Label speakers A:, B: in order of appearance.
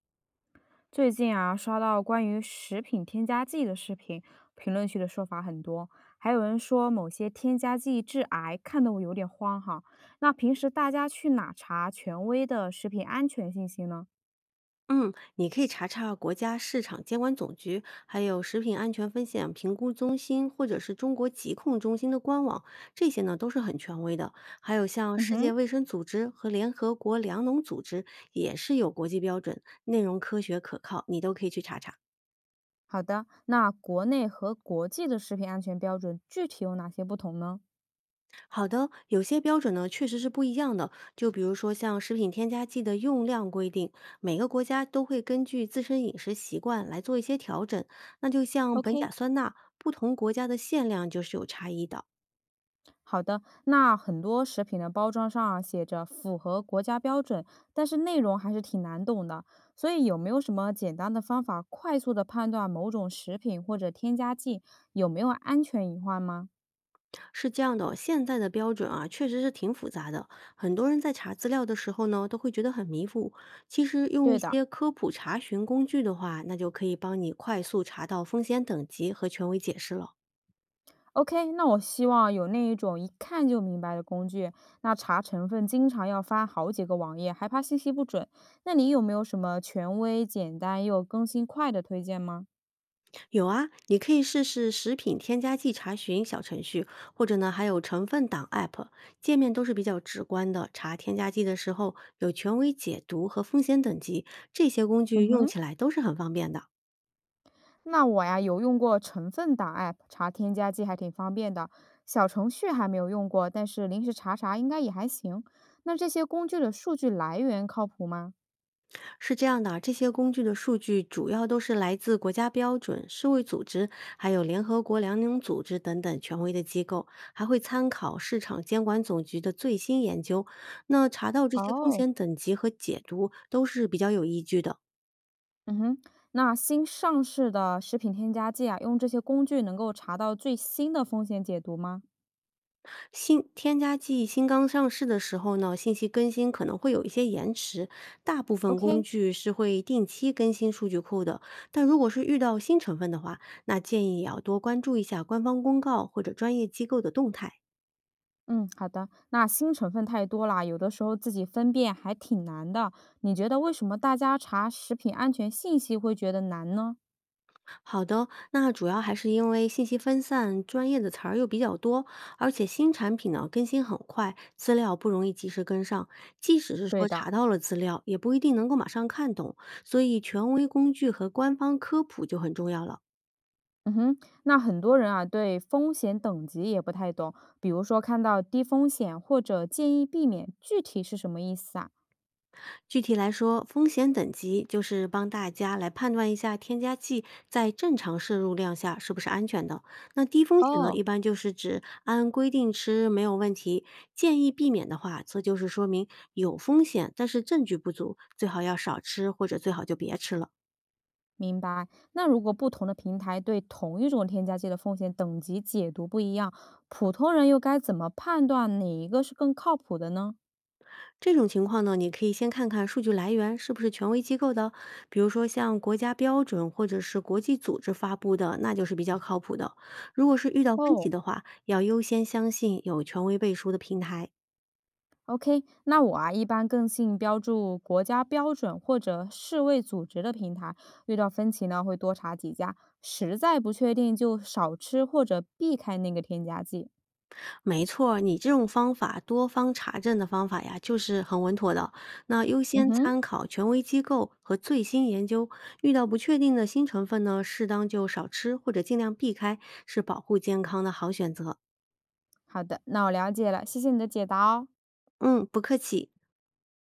A: 最近啊，刷到关于食品添加剂的视频，评论区的说法很多，还有人说某些添加剂致癌，看得我有点慌哈。那平时大家去哪查权威的食品安全信息呢？
B: 嗯，你可以查查国家市场监管总局，还有食品安全风险评估中心，或者是中国疾控中心的官网，这些呢都是很权威的。还有像
A: 嗯
B: 世
A: 哼。
B: 界卫生组织和联合国粮农组织也是有国际标准，内容科学可靠，你都可以去查查。
A: 好的，那国内和国际的食品安全标准具体有哪些不同呢？
B: 好的，有些标准呢确实是不一样的，就比如说像食品添加剂的用量规定，每个国家都会根据自身饮食习惯来做一些调整。那就像苯
A: OK。
B: 甲酸钠，不同国家的限量就是有差异的。
A: 好的，那很多食品的包装上啊写着符合国家标准，但是内容还是挺难懂的。所以有没有什么简单的方法，快速的判断某种食品或者添加剂有没有安全隐患吗？
B: 是这样的哦，现在的标准啊确实是挺复杂的，很多人在查资料的时候呢都会觉得很迷糊。其实用一
A: 对的
B: 些科普查询工具的话，那就可以帮你快速查到风险等级和权威解释了。
A: ，OK，那我希望有那一种一看就明白的工具。那查成分经常要翻好几个网页，还怕信息不准。那你有没有什么权威、简单又更新快的推荐吗？
B: 有啊，你可以试试食品添加剂查询小程序，或者呢，还有成分党 App，界面都是比较直观的。查添加剂的时候有权威解读和风险等级，这些工具
A: 嗯
B: 用
A: 哼。
B: 起来都是很方便的。
A: 那我呀有用过成分党 app 查添加剂，还挺方便的。小程序还没有用过，但是临时查查应该也还行。那这些工具的数据来源靠谱吗？
B: 是这样的啊，这些工具的数据主要都是来自国家标准、世卫组织，还有联合国粮农组织等等权威的机构，还会参考市场监管总局的最新研究。那查到这些风
A: 哦。
B: 险等级和解读都是比较有依据的。
A: 嗯哼。那新上市的食品添加剂啊，用这些工具能够查到最新的风险解读吗
B: 新添加剂新刚上市的时候呢，信息更新可能会有一些延迟。大部分工
A: ？OK，
B: 具是会定期更新数据库的，但如果是遇到新成分的话，那建议也要多关注一下官方公告或者专业机构的动态。
A: 嗯，好的。那新成分太多啦，有的时候自己分辨还挺难的。你觉得为什么大家查食品安全信息会觉得难呢？
B: 好的，那主要还是因为信息分散，专业的词儿又比较多，而且新产品呢更新很快，资料不容易及时跟上。即使是
A: 对
B: 说
A: 的。
B: 查到了资料，也不一定能够马上看懂，所以权威工具和官方科普就很重要了。
A: 嗯哼，那很多人啊，对风险等级也不太懂，比如说看到低风险或者建议避免，具体是什么意思啊？
B: 具体来说，风险等级就是帮大家来判断一下添加剂在正常摄入量下是不是安全的。那低风险呢，
A: 哦，
B: 一般就是指按规定吃没有问题，建议避免的话，这就是说明有风险，但是证据不足，最好要少吃或者最好就别吃了。
A: 明白。那如果不同的平台对同一种添加剂的风险等级解读不一样，普通人又该怎么判断哪一个是更靠谱的呢？
B: 这种情况呢，你可以先看看数据来源是不是权威机构的，比如说像国家标准或者是国际组织发布的，那就是比较靠谱的。如果是遇到分
A: 哦，
B: 歧的话，要优先相信有权威背书的平台。
A: OK，那我啊一般更信标注国家标准或者世卫组织的平台，遇到分歧呢会多查几家，实在不确定就少吃或者避开那个添加剂。
B: 没错儿，你这种方法多方查证的方法呀，就是很稳妥的。那优
A: 嗯
B: 先
A: 哼，
B: 参考权威机构和最新研究，遇到不确定的新成分呢，适当就少吃或者尽量避开，是保护健康的好选择。
A: 好的，那我了解了，谢谢你的解答哦。
B: 嗯，不客气。